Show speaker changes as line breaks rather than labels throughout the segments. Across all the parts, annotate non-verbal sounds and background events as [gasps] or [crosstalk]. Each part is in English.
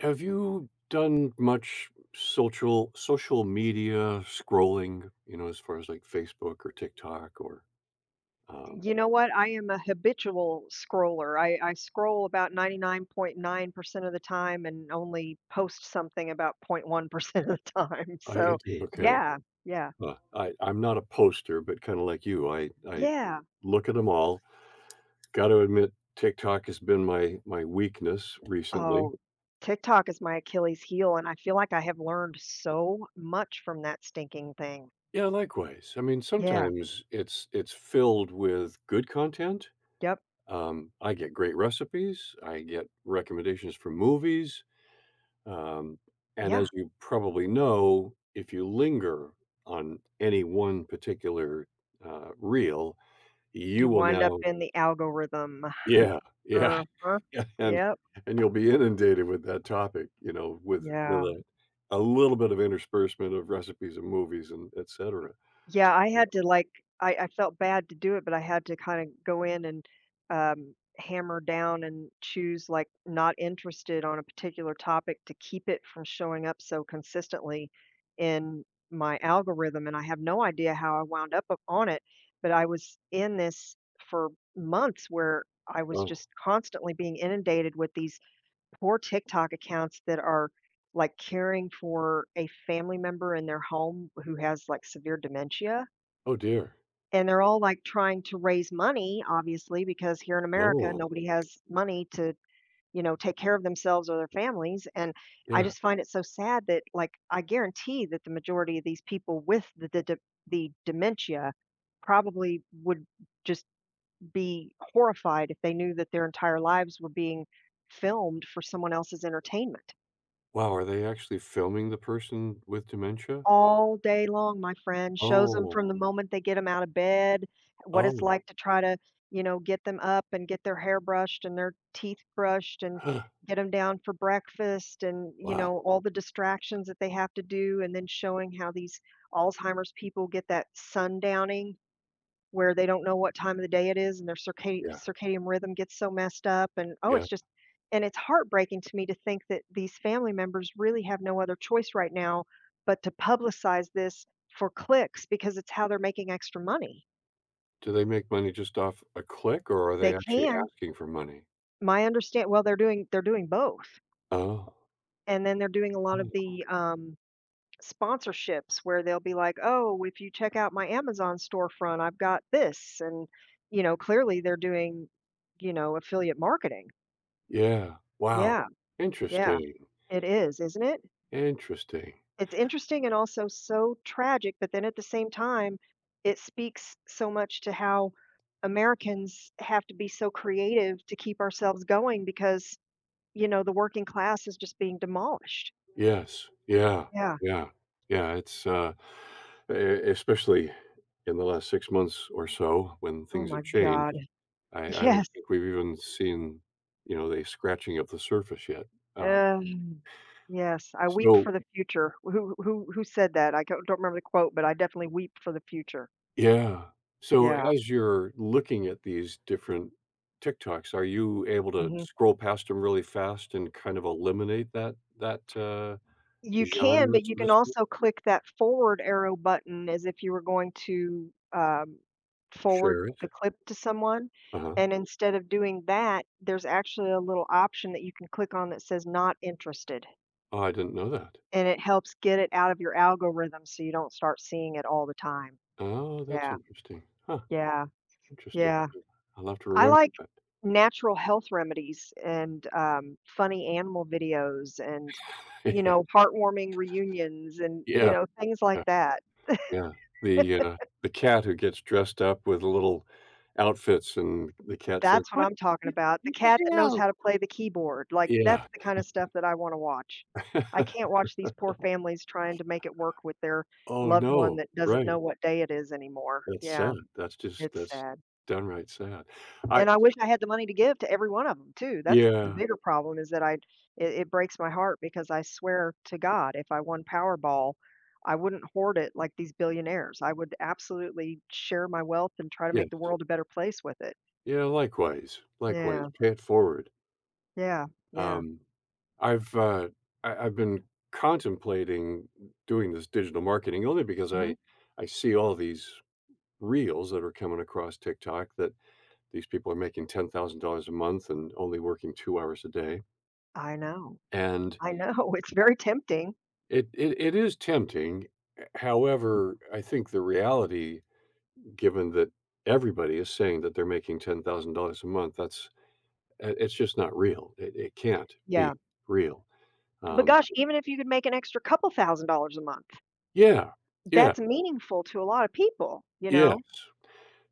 Have you done much social media scrolling, you know, as far as like Facebook or TikTok or um.
You know what? I am a habitual scroller. I scroll about 99.9% of the time and only post something about 0.1% [laughs] of the time. [laughs] So,
Okay.
yeah, yeah,
I'm not a poster, but kind of like you, I
yeah.
look at them all. Got to admit TikTok has been my weakness recently.
Oh, TikTok is my Achilles heel, and I feel like I have learned so much from that stinking thing.
Yeah, likewise. I mean,
Yeah,
sometimes it's filled with good content.
yep,
I get great recipes. I get recommendations for movies. Um, and as
yeah.
you probably know, if you linger on any one particular reel, you
You
will
wind up
now
in the algorithm.
yeah, yeah,
Uh huh.
[laughs] and
Yep,
and you'll be inundated with that topic, you know, with
yeah.
a little bit of interspersement of recipes and movies and etc.
Yeah, I
You
had to,
know.
like, I felt bad to do it, but I had to kinda go in and, hammer down and choose, like, not interested on a particular topic to keep it from showing up so consistently in my algorithm, and I have no idea how I wound up on it, but I was in this for months where I was
Oh,
just constantly being inundated with these poor TikTok accounts that are, like, caring for a family member in their home who has, like, severe dementia,
oh dear.
and they're all like trying to raise money, obviously, because here in America,
Oh,
nobody has money to, take care of themselves or their families. And I
yeah.
just find it so sad that, like, I guarantee that the majority of these people with the the dementia probably would just be horrified if they knew that their entire lives were being filmed for someone else's entertainment.
Wow, are they actually filming the person with dementia?
All day long, my friend, shows them
Oh,
from the moment they get them out of bed, what it's
oh,
like to try to, get them up and get their hair brushed and their teeth brushed and
[gasps] huh,
get them down for breakfast and,
wow.
all the distractions that they have to do, and then showing how these Alzheimer's people get that sundowning where they don't know what time of the day it is and their circadian
Yeah,
circadian rhythm gets so messed up. and oh
yeah.
it's just and it's heartbreaking to me to think that these family members really have no other choice right now but to publicize this for clicks because it's how they're making extra money.
Do they make money just off a click, or are
They
they actually
can
asking for money?
my understand well They're doing both.
Oh,
And then they're doing a lot of
oh,
the sponsorships where they'll be like, "Oh, if you check out my Amazon storefront, I've got this." And clearly they're doing, affiliate marketing.
yeah. Wow.
Yeah, yeah.
Interesting,
It is, isn't it?
interesting.
It's interesting and also so tragic, but then at the same time, it speaks so much to how Americans have to be so creative to keep ourselves going because, the working class is just being demolished.
Yes. Yeah,
Yeah.
yeah, yeah, it's, e especially in the last 6 months or so when
Oh
things
my
have
God.
changed, I
[laughs]
I don't
Yes.
think we've even seen, you know, they scratching of the surface yet. Uh,
Um, yes. I weep
so
for the future. Who said that? I don't remember the quote, but I definitely weep for the future.
yeah. So
Yeah.
as you're looking at these different TikToks, are you able to
Hmm.
scroll past them really fast and kind of eliminate that
You can,
genre,
but you
so to
can
speak?
also click that forward arrow button as if you were going to, forward
Share it?
the clip to someone,
Uh-huh.
and instead of doing that, there's actually a little option that you can click on that says "Not interested,"
Oh, I didn't know that.
and it helps get it out of your algorithm so you don't start seeing it all the time.
Oh, that's
Yeah,
interesting. Huh,
yeah,
interesting.
yeah.
I'll have to
I
remember
like
that.
natural health remedies and, funny animal videos and,
[laughs] Yeah.
heartwarming reunions and,
Yeah,
things like
yeah,
that.
yeah. The the cat who gets dressed up with little outfits and the cat says,
That's what
"What
I'm talking
what
about, the
what
cat
the
that knows
hell?"
how to play the keyboard, like, that's
Yeah.
the kind of stuff that I wanna watch. I can't
[laughs]
watch these poor families trying to make it work with their
Oh,
loved one
no.
that doesn't know
Right.
what day it is anymore.
That's sad.
Yeah,
That's just
it's
that's
sad,
downright sad. I
and I wish I had the money to give to every one of them too. That's the
Yeah,
bigger problem, is that I it it breaks my heart because I swear to God, if I won Powerball, I wouldn't hoard it like these billionaires. I would absolutely share my wealth and try to
yeah,
make the world a better place with it.
yeah, likewise, likewise,
Yeah,
pay it forward.
yeah, yeah,
Um, I've, uh, I've been contemplating doing this digital marketing only because
mhm.
I see all these reels that are coming across TikTok that these people are making $10,000 a month and only working 2 hours a day,
I know.
and
I know, [laughs] it's
uh,
very tempting.
it is tempting. However, I think the reality, given that everybody is saying that they're making $10,000 a month, that's it's just not real. It can't
Yeah.
be real.
But
Um,
gosh, even if you could make an extra couple $1,000 a month,
yeah, yeah,
that's meaningful to a lot of people, you
yes.
know?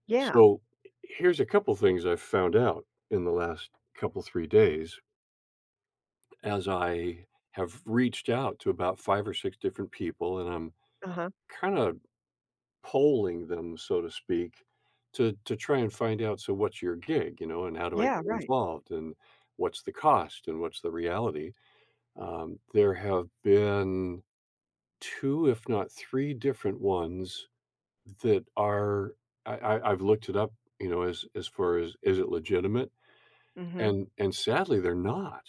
Yeah.
So here's a couple things I've found out in the last couple three days as I have reached out to about five or six different people, and I'm
Uh-huh.
kind of polling them, so to speak, to try and find out. So what's your gig, you know, and how do I
Yeah,
get
right.
involved, and what's the cost, and what's the reality? There have been 2, if not 3 different ones that are I've looked it up, you know, as far as is it legitimate,
Mhm.
and sadly, they're not.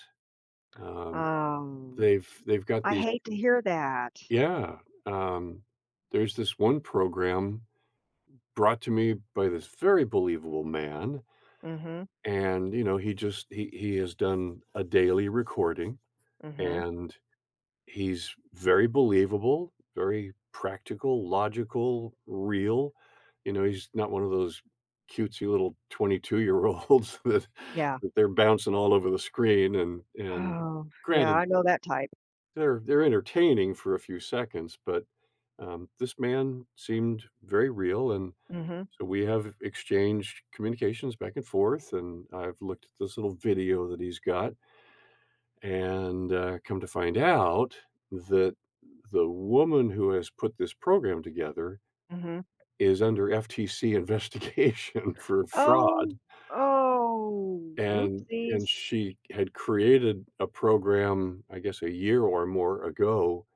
Um,
Um.
they've got
I
these.
hate to hear that.
Yeah, um, there's this one program brought to me by this very believable man,
Mhm,
and, you know, he has done a daily recording,
mhm.
and he's very believable, very practical, logical, real. You know, he's not one of those cutesy little 22-year-olds [laughs] that
Yeah.
they're bouncing all over the screen and
Oh, yeah,
granted,
I know that type.
they're entertaining for a few seconds, but, this man seemed very real, and
Mhm,
so we have exchanged communications back and forth, and I've looked at this little video that he's got, and come to find out that the woman who has put this program together
mhm.
is under FTC investigation [laughs] for
Oh,
fraud.
oh,
And
whoopsies.
she had created a program, I guess, a year or more ago,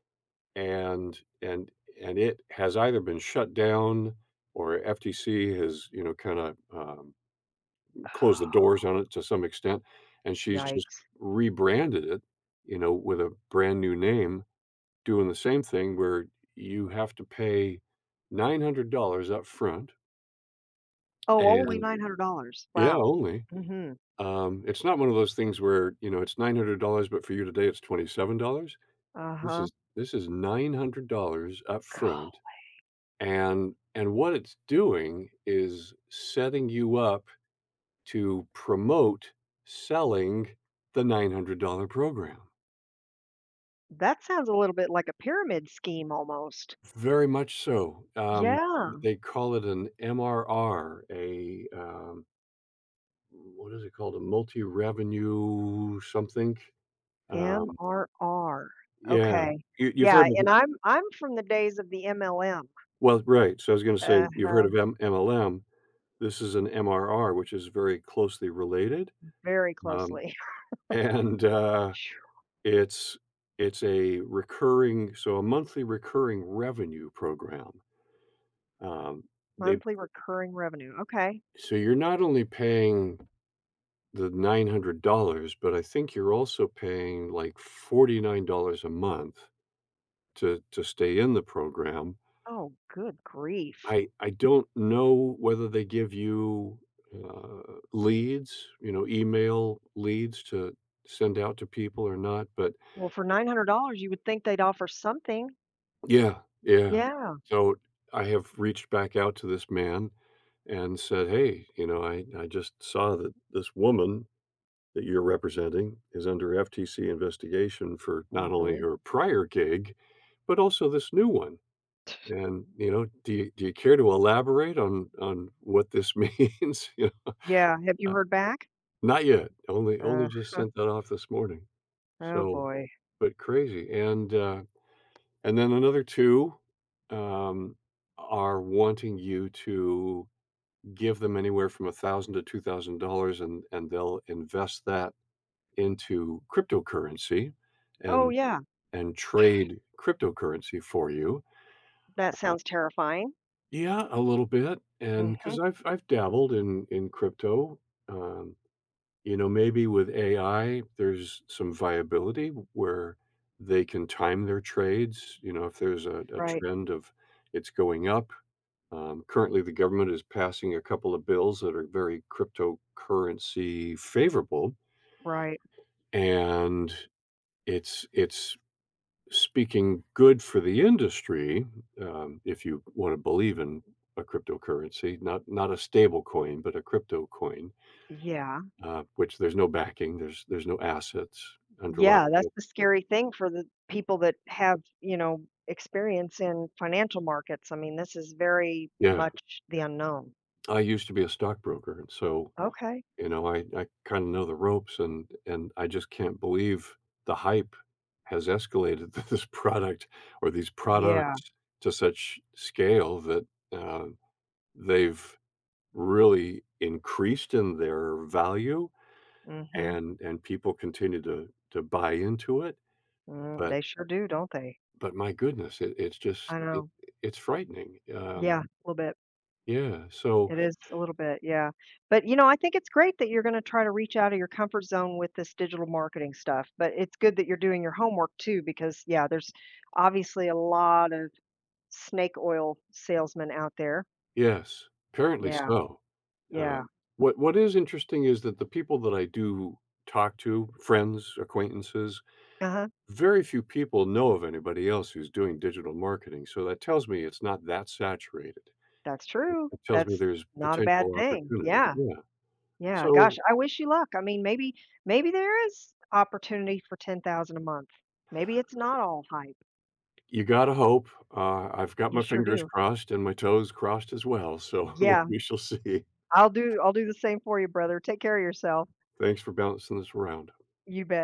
and and and it has either been shut down or FTC has, you know, kind of closed the doors on it to some extent, and she's just
Yikes.
rebranded it, you know, with a brand new name, doing the same thing where you have to pay $900 front,
Oh, only
and
$900.
yeah,
Wow.
only.
Mhm.
It's not one of those things where, you know, it's $900, but for you today it's $27. This
Uh-huh.
is this is $900
Go.
front, and what it's doing is setting you up to promote selling the $900 program.
That sounds a little bit like a pyramid scheme almost.
Very much so.
Yeah,
They call it an MRR, a what is it called? A multi-revenue something? Um,
MRR.
yeah,
Okay.
you've
Yeah,
heard of,
and I'm from the days of the MLM.
well, right. So I was going to say you've heard
Uh-huh,
of MLM. This is an MRR, which is very closely related,
very
um,
closely.
and
[laughs] Phew.
it's it's a recurring, so a monthly recurring revenue program. Um, they
Monthly recurring revenue. Okay.
So you're not only paying the $900, but I think you're also paying like $49 a month to stay in the program.
Oh, good grief.
I don't know whether they give you leads, you know, email leads to send out to people or not, but
Well, for $900, you would think they'd offer something.
yeah, yeah.
Yeah.
So I have reached back out to this man and said, "Hey, you know, I just saw that this woman that you're representing is under FTC investigation for not only
Hmm.
her prior gig, but also this new one." And, you know, do you care to elaborate on what this [laughs] means? You know,
Yeah. Have you
I
heard back?
not yet, only just
Uh-huh.
sent that off this morning,
Oh
so,
boy.
but crazy, and then another 2, um, are wanting you to give them anywhere from 1,000 to $2,000 and they'll invest that into cryptocurrency
Oh
and
yeah.
and trade cryptocurrency for you.
That sounds terrifying.
Yeah, a little bit, and
Hmm.
because I 'cause I've dabbled in crypto, um, you know, maybe with AI, there's some viability where they can time their trades, you know, if there's a
Right.
trend of it's going up. Currently, the government is passing a couple of bills that are very cryptocurrency favorable,
Right.
and it's speaking good for the industry, if you want to believe in a cryptocurrency, not a stable coin, but a crypto coin,
Yeah.
which there's no backing, there's no assets underlying
Yeah, that's
it.
the scary thing for the people that have, experience in financial markets. I mean, this is very
Yeah,
much the unknown.
I used to be a stockbroker, and so
Okay.
you know I kind of know the ropes, and I just can't believe the hype has escalated [laughs] to this product or these
Yeah.
products to such scale that uh, they've really increased in their value
Mm, mhm.
and people continue to buy into it.
Mm,
But
they sure do, don't they?
but my goodness, it's just
I know.
it's frightening.
Yeah, a little bit.
Yeah. So
It is a little bit, yeah. But, you know, I think it's great that you're gonna try to reach out of your comfort zone with this digital marketing stuff, but it's good that you're doing your homework too because, yeah, there's obviously a lot of snake oil salesmen out there.
yes, apparently
Yeah,
so.
yeah.
Um, what is interesting is that the people that I do talk to, friends, acquaintances,
Uh-huh.
very few people know of anybody else who's doing digital marketing. So that tells me it's not that saturated.
That's true.
It tells me
That's
there's
not a bad
potential
thing.
opportunity.
Yeah,
Yeah.
yeah. Gosh,
So
I wish you luck. I mean, maybe maybe there is opportunity for 10,000 a month. Maybe it's not all hype.
you gotta hope. I've got
You
my
sure
fingers
do.
crossed and my toes crossed as well, so [laughs]
Yeah,
we shall see.
I'll do the same for you, brother. Take care of yourself.
Thanks for balancing this around.
You bet.